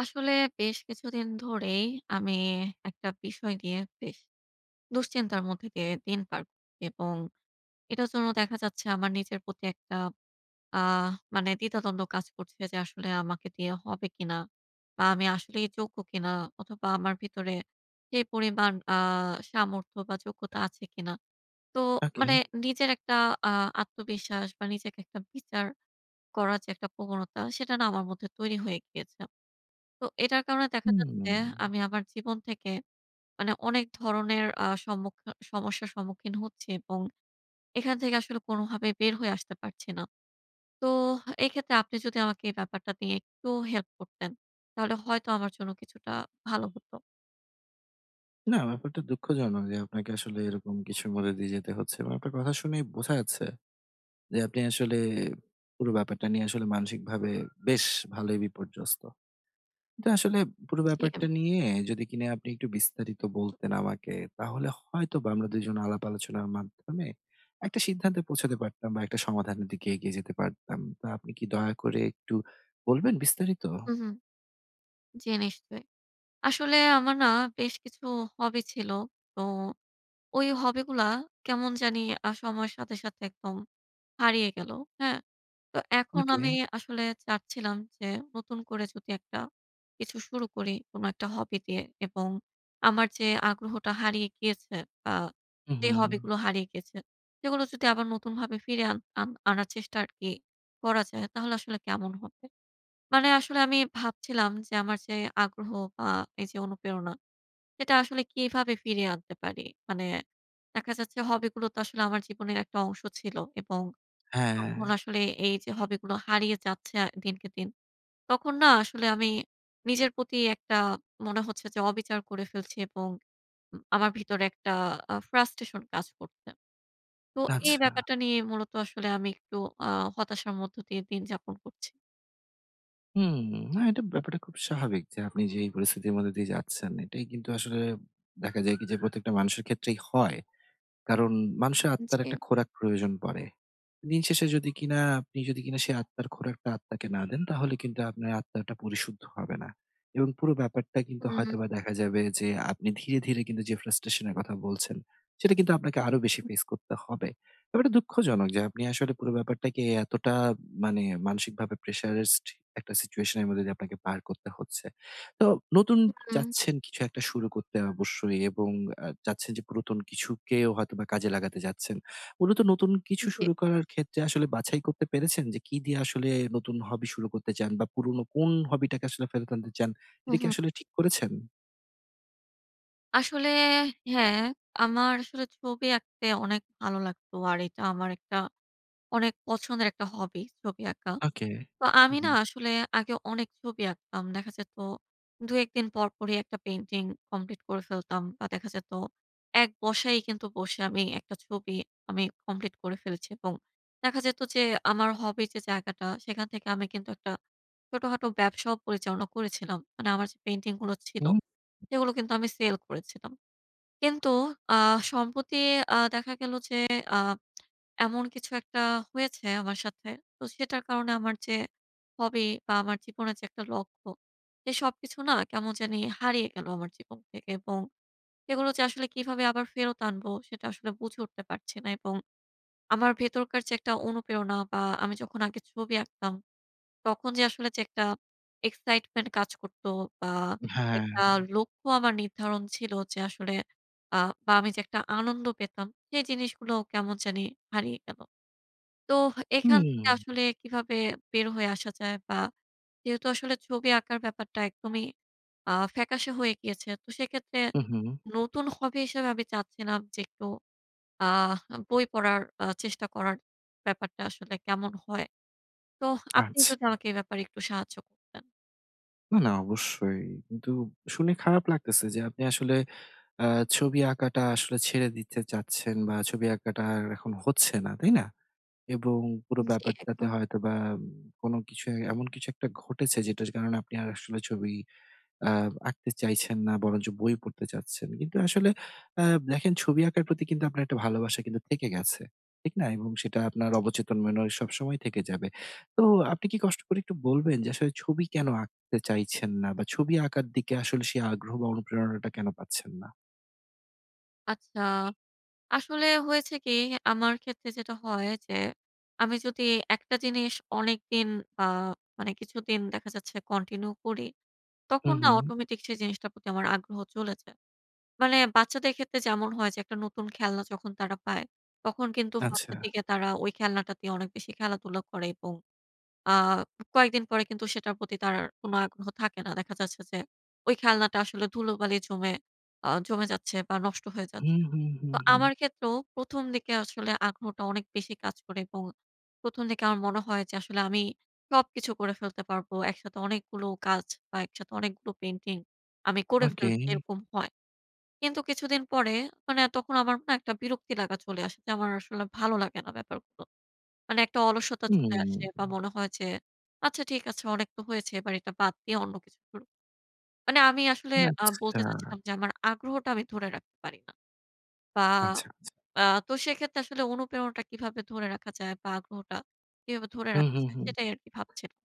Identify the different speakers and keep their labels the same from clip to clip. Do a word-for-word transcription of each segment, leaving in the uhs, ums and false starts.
Speaker 1: আসলে বেশ কিছুদিন ধরেই আমি একটা বিষয় নিয়ে বেশ দুশ্চিন্তার মধ্যে দিয়ে দিন পার করছি এবং এটার জন্য দেখা যাচ্ছে আমার নিজের প্রতি একটা আহ মানে দ্বিধাদ্বন্দ্ব কাজ করছে যে আসলে আমাকে দিয়ে হবে কিনা বা আমি আসলে যোগ্য কিনা অথবা আমার ভিতরে যে পরিমাণ আহ সামর্থ্য বা যোগ্যতা আছে কিনা তো
Speaker 2: ওকে।
Speaker 1: মানে নিজের একটা আহ আত্মবিশ্বাস বা নিজেকে একটা বিচার করার যে একটা প্রবণতা সেটা না আমার মধ্যে তৈরি হয়ে গিয়েছে। তো এটার কারণে দেখা যাচ্ছে
Speaker 2: হুম।
Speaker 1: আমি আমার জীবন থেকে মানে অনেক ধরনের আ সম্মুখ সমস্যার সম্মুখীন হচ্ছি এবং এখান থেকে আসলে কোনোভাবে বের হয়ে আসতে পারছি না। তো এক্ষেত্রে আপনি যদি আমাকে এই ব্যাপারটা নিয়ে একটু হেল্প করতেন, তাহলে হয়তো আমার জন্য কিছুটা ভালো হতো।
Speaker 2: না ব্যাপারটা দুঃখজনক যে আপনাকে আসলে এরকম কিছুর মধ্যে দিয়ে যেতে হচ্ছে এবং আপনার কথা শুনেই বোঝা যাচ্ছে যে আপনি আসলে পুরো ব্যাপারটা নিয়ে আসলে মানসিকভাবে বেশ ভালোই বিপর্যস্ত। কিন্তু আসলে পুরো
Speaker 1: জি,
Speaker 2: ব্যাপারটা নিয়ে যদি কিনা আপনি একটু বিস্তারিত বলতেন আমাকে তাহলে হয়তোবা আমরা দুই জন আলাপ আলোচনার মাধ্যমে একটা সিদ্ধান্তে পৌঁছাতে পারতাম বা একটা সমাধানের দিকে এগিয়ে যেতে পারতাম। তো আপনি কি দয়া করে একটু বলবেন বিস্তারিত?
Speaker 1: হুম, হুম। জি, নিশ্চয়ই। আসলে আমার না বেশ কিছু হবি ছিল। তো ওই হবিগুলা কেমন জানি আ সময়ের সাথে, সাথে একদম হারিয়ে গেল। হ্যাঁ? তো এখন
Speaker 2: ওকে।
Speaker 1: আমি আসলে চাচ্ছিলাম যে নতুন করে যদি একটা কিছু শুরু করি কোনো একটা হবি দিয়ে এবং আমার যে আগ্রহটা হারিয়ে গিয়েছে বা
Speaker 2: হুম,
Speaker 1: যে
Speaker 2: হুম।
Speaker 1: হবিগুলো হারিয়ে গেছে সেগুলো যদি আবার নতুনভাবে ফিরে আন- আন- আনার চেষ্টা আর কি করা যায় তাহলে আসলে কেমন হবে মানে আসলে আমি ভাবছিলাম যে আমার যে আগ্রহ বা এই যে অনুপ্রেরণা সেটা আসলে কিভাবে ফিরিয়ে আনতে পারি। মানে দেখা যাচ্ছে হবিগুলো তো আসলে আমার জীবনের একটা অংশ ছিল এবং
Speaker 2: হ্যাঁ,
Speaker 1: তখন আসলে এই যে হবি গুলো হারিয়ে যাচ্ছে আ দিনকে দিন। তখন না আসলে আমি নিজের প্রতি একটা, মনে হচ্ছে যে, অবিচার করে ফেলছি এবং উম আমার ভিতরে একটা আ ফ্রাস্ট্রেশন কাজ করছে। তো এই
Speaker 2: আচ্ছা।
Speaker 1: ব্যাপারটা নিয়ে মূলত আসলে আমি একটু আ হতাশার মধ্য দিয়ে দিন যাপন করছি।
Speaker 2: হুম, না এটা ব্যাপারটা খুব স্বাভাবিক যে আপনি যে এই পরিস্থিতির মধ্যে দিয়ে যাচ্ছেন, এটাই কিন্তু আসলে দেখা যায় কি যে প্রত্যেকটা মানুষের ক্ষেত্রেই হয়। কারণ মানুষের আত্মার
Speaker 1: জি,
Speaker 2: একটা খোরাক প্রয়োজন পড়ে। দিন শেষে যদি কিনা আপনি যদি কিনা সেই আত্মার খোরাকটা আত্মাকে না দেন, তাহলে কিন্তু আপনার আত্মাটা পরিশুদ্ধ হবে না। এবং পুরো ব্যাপারটা কিন্তু
Speaker 1: হুম,
Speaker 2: হয়তোবা দেখা যাবে যে আপনি ধীরে, ধীরে কিন্তু যে frustration এর কথা বলছেন, সেটা কিন্তু আপনাকে আরো বেশি ফেস করতে হবে। ব্যাপারটা দুঃখজনক যে আপনি আসলে পুরো ব্যাপারটাকে এতটা মানে মানসিকভাবে pressurized একটা situation এর মধ্যে দিয়ে আপনাকে পার করতে হচ্ছে। তো নতুন
Speaker 1: হুম,
Speaker 2: চাচ্ছেন কিছু একটা শুরু করতে অবশ্যই এবং আ চাচ্ছেন যে পুরাতন কিছুকেও হয়তোবা কাজে লাগাতে যাচ্ছেন। মূলত নতুন কিছু
Speaker 1: জি,
Speaker 2: শুরু করার ক্ষেত্রে আসলে বাছাই করতে পেরেছেন যে কি দিয়ে আসলে নতুন হবি শুরু করতে চান বা পুরনো কোন হবিটাকে আসলে ফেরত আনতে চান? এটা
Speaker 1: হুম,
Speaker 2: কি
Speaker 1: হুম।
Speaker 2: আসলে ঠিক করেছেন?
Speaker 1: আসলে হ্যাঁ, আমার আসলে ছবি আঁকতে অনেক ভালো লাগতো। আর এটা আমার একটা অনেক পছন্দের একটা হবি, ছবি আঁকা।
Speaker 2: ওকে।
Speaker 1: তো আমি না
Speaker 2: হুম,
Speaker 1: আসলে আগে অনেক ছবি আঁকতাম। দেখা যেত দুই এক দিন পর, পরই একটা পেইন্টিং কমপ্লিট করে ফেলতাম। বা দেখা যেত এক বসায় কিন্তু বসে আমি একটা ছবি আমি কমপ্লিট করে ফেলেছি এবং দেখা যেত যে আমার হবি যে জায়গাটা সেখান থেকে আমি কিন্তু একটা ছোটখাটো ব্যবসাও পরিচালনা করেছিলাম। মানে আমার যে পেইন্টিং গুলো ছিল
Speaker 2: হুম।
Speaker 1: সেগুলো কিন্তু আমি সেল করেছিলাম। কিন্তু আ সম্প্রতি আ দেখা গেল যে আ এমন কিছু একটা হয়েছে আমার সাথে। তো সেটার কারণে আমার যে হবি বা আমার জীবনের যে একটা লক্ষ্য, সে সবকিছু না কেমন জানি হারিয়ে গেল আমার জীবন থেকে এবং এগুলো যে আসলে কিভাবে আবার ফেরত আনবো সেটা আসলে বুঝে উঠতে পারছি না এবং আমার ভেতরকার যে একটা অনুপ্রেরণা বা আমি যখন আগে ছবি আঁকতাম তখন যে আসলে যে একটা এক্সাইটমেন্ট কাজ করত বা
Speaker 2: হ্যাঁ।
Speaker 1: একটা লক্ষ্য আমার নির্ধারণ ছিল যে আসলে আ বা আমি যে একটা আনন্দ পেতাম, সেই জিনিসগুলো কেমন জানি হারিয়ে গেল। তো এখান
Speaker 2: হুম,
Speaker 1: থেকে আসলে কিভাবে বের হয়ে আসা যায়, বা যেহেতু আসলে ছবি আঁকার ব্যাপারটা একদমই আ ফ্যাকাশে হয়ে গিয়েছে। তো সেক্ষেত্রে
Speaker 2: হুম, হুম।
Speaker 1: নতুন হবি হিসেবে আমি চাচ্ছিলাম যে একটু আহ বই পড়ার আ চেষ্টা করার ব্যাপারটা আসলে কেমন হয়? তো আপনি
Speaker 2: আচ্ছা।
Speaker 1: যদি আমাকে এই ব্যাপারে একটু সাহায্য করতেন।
Speaker 2: না, না অবশ্যই। কিন্তু শুনে খারাপ লাগতেছে যে আপনি আসলে আ ছবি আঁকাটা আসলে ছেড়ে দিতে চাচ্ছেন বা ছবি আঁকাটা আর এখন হচ্ছে না, তাই না? এবং পুরো
Speaker 1: জি,
Speaker 2: ব্যাপারটাতে
Speaker 1: একদম।
Speaker 2: হয়তোবা উম কোনো কিছু এমন কিছু একটা ঘটেছে যেটার কারণে আপনি আর আসলে ছবি আ আঁকতে চাইছেন না বরঞ্চ বই পড়তে চাচ্ছেন। কিন্তু আসলে আ দেখেন ছবি আঁকার প্রতি কিন্তু আপনার একটা ভালোবাসা কিন্তু থেকে গেছে। ঠিক না? এবং সেটা আপনার অবচেতন মনে সবসময় থেকে যাবে। তো আপনি কি কষ্ট করে একটু বলবেন যে আসলে ছবি কেন আঁকতে চাইছেন না? বা ছবি আঁকার দিকে আসলে সেই আগ্রহ বা অনুপ্রেরণাটা কেন পাচ্ছেন না?
Speaker 1: আচ্ছা, আসলে হয়েছে কি আমার ক্ষেত্রে যেটা হয় যে, আমি যদি একটা জিনিস অনেকদিন বা মানে কিছুদিন দেখা যাচ্ছে কন্টিনিউ করি, তখন
Speaker 2: হুম,
Speaker 1: না
Speaker 2: হুম।
Speaker 1: অটোমেটিক সেই জিনিসটার প্রতি আমার আগ্রহ চলে যায়। মানে বাচ্চাদের ক্ষেত্রে যেমন হয় যে একটা নতুন খেলনা যখন তারা পায়, তখন কিন্তু ফার্স্ট
Speaker 2: আচ্ছা।
Speaker 1: এর দিকে তারা ওই খেলনাটা দিয়ে অনেক বেশি খেলাধুলা করে এবং আ কয়েকদিন পরে কিন্তু সেটার প্রতি তার আর কোনো আগ্রহ থাকে না। দেখা যাচ্ছে যে ওই খেলনাটা আসলে ধুলোবালি জমে আ জমে যাচ্ছে বা নষ্ট হয়ে যাচ্ছে।
Speaker 2: হুম, হুম, হুম,
Speaker 1: তো
Speaker 2: হুম।
Speaker 1: আমার ক্ষেত্রেও ১ম দিকে আসলে আগ্রহটা অনেক বেশি কাজ করে এবং ১ম দিকে আমার মনে হয় যে আসলে আমি সবকিছু করে ফেলতে পারবো। একসাথে অনেকগুলো কাজ বা একসাথে অনেকগুলো পেইন্টিং আমি করে
Speaker 2: ওকে।
Speaker 1: ফেলছি এরকম হয়। কিন্তু কিছুদিন পরে মানে তখন আমার না একটা বিরক্তি লাগা চলে আসে যে আমার আসলে ভালো লাগে না ব্যাপারগুলো। মানে একটা অলসতা চলে
Speaker 2: হুম।
Speaker 1: আসে বা মনে হয় যে, আচ্ছা ঠিক আছে অনেক তো হয়েছে এবার এটা বাদ দিয়ে অন্য কিছু শুরু, মানে আমি আসলে আ
Speaker 2: আচ্ছা,
Speaker 1: বলতে চাচ্ছিলাম যে, আমার আগ্রহটা আমি ধরে রাখতে পারি না। বা
Speaker 2: আচ্ছা, আচ্ছা।
Speaker 1: আ তো সেক্ষেত্রে আসলে অনুপ্রেরণাটা কিভাবে ধরে রাখা যায় বা আগ্রহটা কিভাবে ধরে
Speaker 2: হুম,
Speaker 1: রাখা
Speaker 2: হুম,
Speaker 1: যায়
Speaker 2: হুম।
Speaker 1: সেটাই আরকি ভাবছিলাম।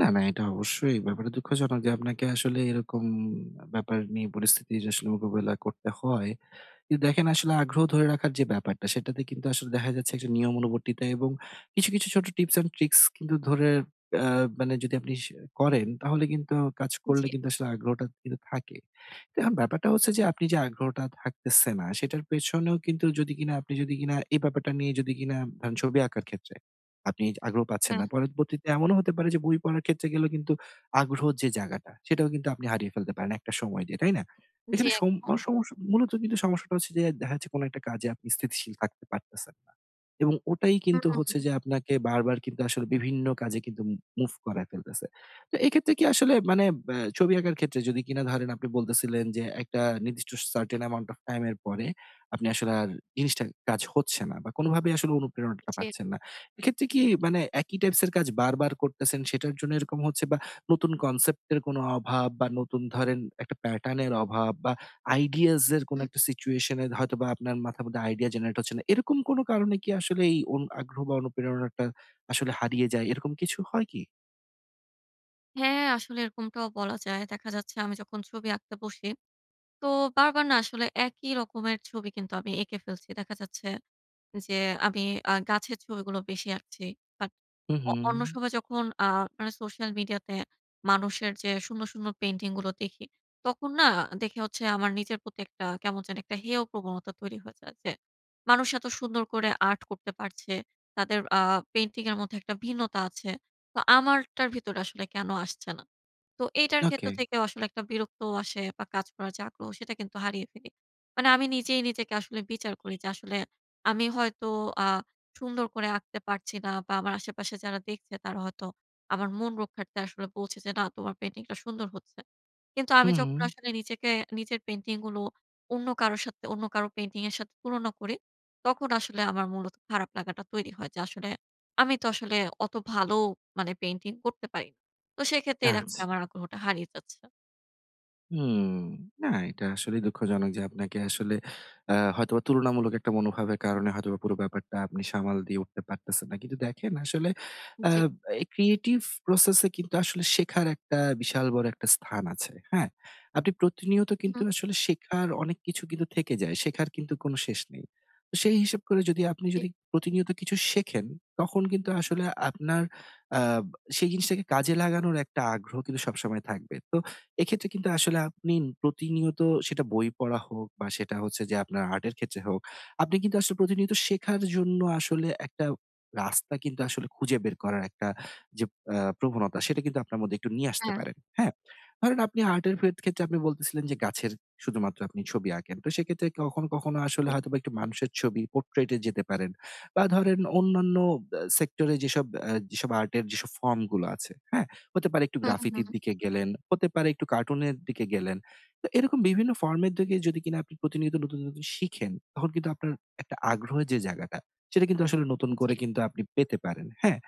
Speaker 2: না, না, এটা অবশ্যই ব্যাপারটা দুঃখজনক যে আপনাকে আসলে এরকম ব্যাপার নিয়ে পরিস্থিতির আসলে মোকাবেলা করতে হয়। কিন্তু দেখেন আসলে আগ্রহ ধরে রাখার যে ব্যাপারটা সেটাতে কিন্তু আসলে দেখা যাচ্ছে একটা নিয়ম অনুবর্তিতা এবং কিছু, কিছু ছোট টিপস অ্যান্ড ট্রিকস কিন্তু ধরে আ মানে যদি আপনি সে করেন তাহলে কিন্তু কাজ করলে
Speaker 1: জি,
Speaker 2: কিন্তু আসলে আগ্রহটা কিন্তু থাকে। তো এখন ব্যাপারটা হচ্ছে যে আপনি যে আগ্রহটা থাকতেছে না সেটার পেছনেও কিন্তু যদি কিনা আপনি যদি কিনা এই ব্যাপারটা নিয়ে যদি কিনা ধরেন ছবি আঁকার ক্ষেত্রে আপনি আগ্রহ পাচ্ছেন
Speaker 1: হ্যাঁ,
Speaker 2: না। পরবর্তীতে এমনও হতে পারে যে বই পড়ার ক্ষেত্রে গেলেও কিন্তু আগ্রহ যে জায়গাটা সেটাও কিন্তু আপনি হারিয়ে ফেলতে পারেন একটা সময় দিয়ে, তাই না?
Speaker 1: জি
Speaker 2: এখানে সম
Speaker 1: একদম,
Speaker 2: মানে সমস্যা
Speaker 1: একদম।
Speaker 2: মূলত কিন্তু সমস্যাটা হচ্ছে যে দেখা যাচ্ছে কোনো একটা কাজে আপনি স্থিতিশীল থাকতে পারতেছেন না। এবং ওটাই কিন্তু হচ্ছে
Speaker 1: হুম,
Speaker 2: যে আপনাকে বারবার কিন্তু আসলে বিভিন্ন কাজে কিন্তু মু মুভ করায় ফেলতেছে। তো এক্ষেত্রে কি আসলে মানে ব্যা ছবি আঁকার ক্ষেত্রে যদি কিনা ধরেন আপনি বলতেছিলেন যে একটা নির্দিষ্ট সার্টেন অ্যামাউন্ট অফ টাইম এর পরে আপনি আসলে আর জিনিসটা কাজ হচ্ছে না বা কোনোভাবেই আসলে অনুপ্রেরণাটা
Speaker 1: জি,
Speaker 2: পাচ্ছেন না। এক্ষেত্রে কি মানে একই টাইপস এর কাজ বারবার করতেছেন সেটার জন্য এরকম হচ্ছে বা নতুন কনসেপ্টের কোনো অভাব বা নতুন ধরেন একটা প্যাটার্ন এর অভাব বা আইডিয়াস এর কোনো
Speaker 1: হুম।
Speaker 2: একটা সিচুয়েশন এ হয়তোবা আপনার মাথার মধ্যে আইডিয়া জেনারেট হচ্ছে না। এরকম কোনো কারণে কি আসলে এই অনু আগ্রহ বা অনুপ্রেরণাটা আসলে হারিয়ে যায়? এরকম কিছু হয় কি?
Speaker 1: হ্যাঁ, আসলে এরকমটাও বলা যায়। দেখা যাচ্ছে আমি যখন ছবি আঁকতে বসি, তো বারবার না আসলে একই রকমের ছবি কিন্তু আমি এঁকে ফেলছি। দেখা যাচ্ছে যে আমি আ গাছের ছবিগুলো বেশি আঁকছি। বাট
Speaker 2: হু, হু।
Speaker 1: অ অন্য সময় যখন আ মানে সোশ্যাল মিডিয়াতে মানুষের যে সুন্দর, সুন্দর পেইন্টিং গুলো দেখি, তখন না দেখে হচ্ছে আমার নিজের প্রতি একটা কেমন যেন একটা হেয় প্রবণতা তৈরি হয়ে যায় যে, মানুষ এত সুন্দর করে আর্ট করতে পারছে। তাদের আ পেইন্টিং এর মধ্যে একটা ভিন্নতা আছে। তো আমারটার ভিতরে আসলে কেন আসছে না? তো এইটার
Speaker 2: ওকে।
Speaker 1: ক্ষেত্র থেকেও আসলে একটা বিরক্ত আসে বা কাজ করার যে আগ্রহ সেটা কিন্তু হারিয়ে ফেলি। মানে আমি নিজেই নিজেকে আসলে বিচার করি যে আসলে আমি হয়তো আ সুন্দর করে আঁকতে পারছি না বা আমার আশেপাশে যারা দেখছে তারা হয়তো আমার মন রক্ষার্থে আসলে বলছে যে, "না, তোমার পেইন্টিংটা সুন্দর হচ্ছে।" কিন্তু
Speaker 2: হু,
Speaker 1: আমি যখন
Speaker 2: হু।
Speaker 1: আসলে নিজেকে, নিজের পেইন্টিং গুলো অন্য কারো সাথে, অন্য কারো পেইন্টিং এর সাথে তুলনা করি, তখন আসলে আমার মূলত খারাপ লাগাটা তৈরি হয় যে, আসলে আমি তো আসলে অত ভালো মানে পেইন্টিং করতে পারি না। তো সেক্ষেত্রেই দেখা
Speaker 2: আচ্ছা।
Speaker 1: যায় আমার আগ্রহটা হারিয়ে যাচ্ছে।
Speaker 2: হুম। না, এটা আসলেই দুঃখজনক যে আপনাকে আসলে আ হয়তোবা তুলনামূলক একটা মনোভাবের কারণে হয়তোবা পুরো ব্যাপারটা আপনি সামাল দিয়ে উঠতে পারতেছেন না। কিন্তু দেখেন আসলে আ
Speaker 1: জি,
Speaker 2: এই ক্রিয়েটিভ প্রসেস এ কিন্তু আসলে শেখার একটা বিশাল বড় একটা স্থান আছে। হ্যাঁ? আপনি প্রতিনিয়ত কিন্তু
Speaker 1: হুম,
Speaker 2: আসলে শেখার অনেক কিছু কিন্তু থেকে যায়। শেখার কিন্তু কোনো শেষ নেই। তো সেই হিসেব করে যদি আপনি
Speaker 1: জি,
Speaker 2: যদি প্রতিনিয়ত কিছু শেখেন, তখন কিন্তু আসলে আপনার আ সেই জিনিসটাকে কাজে লাগানোর একটা আগ্রহ কিন্তু সবসময় থাকবে। তো এক্ষেত্রে কিন্তু আসলে আপনি প্রতিনিয়ত সেটা বই পড়া হোক বা সেটা হচ্ছে যে আপনার আর্টের ক্ষেত্রে হোক, আপনি কিন্তু আসলে প্রতিনিয়ত শেখার জন্য আসলে একটা রাস্তা কিন্তু আসলে খুঁজে বের করার একটা যে আ প্রবণতা সেটা কিন্তু আপনার মধ্যে একটু নিয়ে আসতে
Speaker 1: হ্যাঁ,
Speaker 2: পারেন। হ্যাঁ? ধরেন আপনি আর্টের ফেত ক্ষেত্রে আপনি বলতেছিলেন যে গাছের শুধুমাত্র আপনি ছবি আঁকেন। তো সেক্ষেত্রে কখনো, কখনো আসলে
Speaker 1: জি,
Speaker 2: হয়তোবা একটু মানুষের ছবি পোর্ট্রেট এ যেতে পারেন বা ধরেন অন্যান্য আ সেক্টরে যেসব আ যেসব আর্টের যেসব ফর্ম গুলো আছে, হ্যাঁ? হতে পারে একটু
Speaker 1: হুম, হুম,
Speaker 2: গ্রাফিতির দিকে গেলেন, হতে পারে একটু কার্টুনের দিকে গেলেন। তো এরকম বিভিন্ন ফর্মের দিকে যদি কিনা আপনি প্রতিনিয়ত নতুন, নতুন শিখেন, তখন কিন্তু আপনার একটা আগ্রহের যে জায়গাটা, সেটা কিন্তু আসলে নতুন
Speaker 1: জি,
Speaker 2: করে কিন্তু আপনি পেতে পারেন। হ্যাঁ?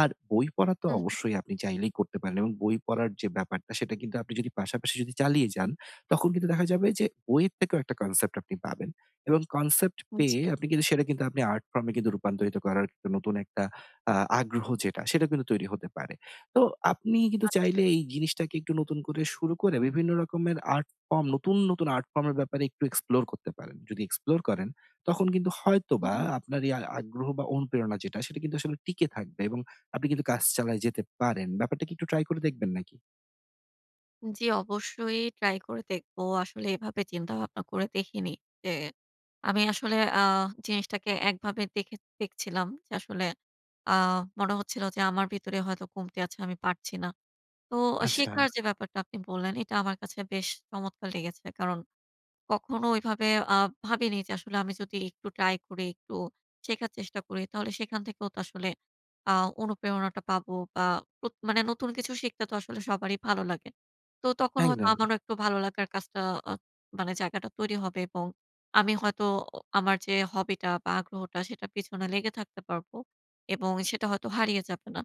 Speaker 2: আর বই পড়া তো
Speaker 1: হুম,
Speaker 2: অবশ্যই আপনি চাইলেই করতে পারেন এবং বই পড়ার যে ব্যাপারটা, সেটা কিন্তু আপনি যদি পাশাপাশি যদি চালিয়ে যান, তখন কিন্তু দেখা যাবে যে বইয়ের থেকেও একটা কনসেপ্ট আপনি পাবেন এবং কনসেপ্ট
Speaker 1: হুম, জি,
Speaker 2: পেয়ে আপনি কিন্তু সেটা কিন্তু আপনি আর্ট ফর্ম এ কিন্তু রূপান্তরিত করার কিন্তু নতুন একটা আ আগ্রহ যেটা, সেটা কিন্তু তৈরি হতে পারে। তো আপনি কিন্তু
Speaker 1: আচ্ছা।
Speaker 2: চাইলে এই জিনিসটাকে একটু নতুন করে শুরু করে বিভিন্ন রকমের আর্ট ফর্ম নতুন, নতুন আর্ট ফর্ম এর ব্যাপারে একটু এক্সপ্লোর করতে পারেন। যদি এক্সপ্লোর করেন, তখন কিন্তু
Speaker 1: হুম,
Speaker 2: হয়তোবা
Speaker 1: হুম।
Speaker 2: আপনার এই আ আগ্রহ বা অনুপ্রেরণা যেটা, সেটা কিন্তু আসলে টিকে থাকবে এবং আপনি কিন্তু কাজ চালায় যেতে পারেন। ব্যাপারটা কি একটু ট্রাই করে দেখবেন নাকি?
Speaker 1: জি, অবশ্যই ট্রাই করে দেখবো। আসলে এভাবে চিন্তাভাবনা করে দেখিনি। যে আমি আসলে আ জিনিসটাকে একভাবে দেখে দেখছিলাম যে আসলে আ মনে হচ্ছিল যে আমার ভিতরে হয়তো কমতি আছে, আমি পারছি না। তো
Speaker 2: আচ্ছা,
Speaker 1: শেখার যে ব্যাপারটা আপনি বললেন, এটা আমার কাছে বেশ চমৎকার লেগেছে। কারণ কখনো ওইভাবে আ ভাবিনি যে আসলে আমি যদি একটু ট্রাই করি, একটু শেখার চেষ্টা করি তাহলে সেখান থেকেও তো আসলে আ অনুপ্রেরণাটা পাবো বা প্রত মানে নতুন কিছু শিখতে তো আসলে সবারই ভালো লাগে। তো তখন হয়তো
Speaker 2: একদম।
Speaker 1: আমারও একটু ভালো লাগার কাজটা আ মানে জায়গাটা তৈরি হবে এবং আমি হয়তো অ আমার যে হবিটা বা আগ্রহটা সেটার পিছনে লেগে থাকতে পারবো এবং সেটা হয়তো হারিয়ে যাবে না।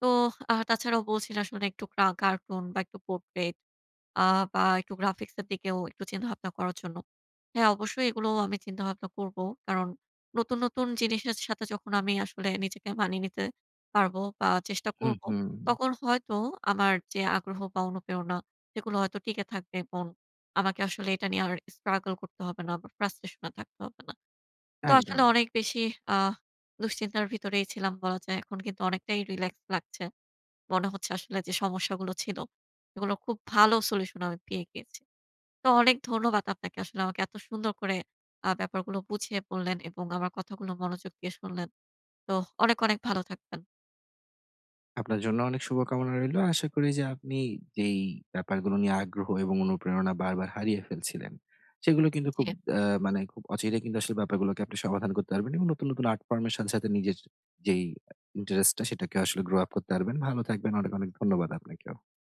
Speaker 1: তো আ তাছাড়াও বলছিলেন আসলে একটু ক্রা কার্টুন বা একটু পোর্ট্রেট আ বা একটু গ্রাফিক্স এর দিকেও একটু চিন্তাভাবনা করার জন্য। হ্যাঁ, অবশ্যই এগুলোও আমি চিন্তাভাবনা করব। কারণ নতুন, নতুন জিনিসের সাথে যখন আমি আসলে নিজেকে মানিয়ে নিতে পারব বা চেষ্টা
Speaker 2: হুম,
Speaker 1: করব,
Speaker 2: হুম।
Speaker 1: তখন হয়তো আমার যে আগ্রহ বা অনুপ্রেরণা সেগুলো হয়তো টিকে থাকবে এবং আমাকে আসলে এটা নিয়ে আর স্ট্রাগল করতে হবে না বা ফ্রাস্ট্রেশন এ থাকতে হবে না। তো
Speaker 2: একদম।
Speaker 1: আসলে অনেক বেশি আ দুশ্চিন্তার ভিতরেই ছিলাম বলা যায়। এখন কিন্তু অনেকটাই রিল্যাক্স লাগছে। মনে হচ্ছে আসলে যে সমস্যাগুলো ছিল, এগুলো খুব ভালো সলিউশন আমি পেয়ে গিয়েছি। তো অনেক ধন্যবাদ আপনাকে। আসলে আমাকে এত সুন্দর করে আ ব্যাপারগুলো বুঝিয়ে বললেন এবং আমার কথাগুলো মনোযোগ দিয়ে শুনলেন। তো অনেক, অনেক ভালো থাকবেন।
Speaker 2: আপনার জন্য অনেক শুভকামনা রইলো। আশা করি যে আপনি যেই ব্যাপারগুলো নিয়ে আগ্রহ এবং অনুপ্রেরণা বারবার হারিয়ে ফেলছিলেন, সেগুলো কিন্তু খুব
Speaker 1: জি।
Speaker 2: আ মানে খুব অচিরেই কিন্তু আসলে ব্যাপারগুলোকে আপনি সমাধান করতে পারবেন এবং নতুন, নতুন আর্ট ফর্ম এর সাথে, সাথে নিজের যেই ইন্টারেস্টটা সেটাকে আসলে গ্রো আপ করতে পারবেন। ভালো থাকবেন। অনেক, অনেক ধন্যবাদ আপনাকেও।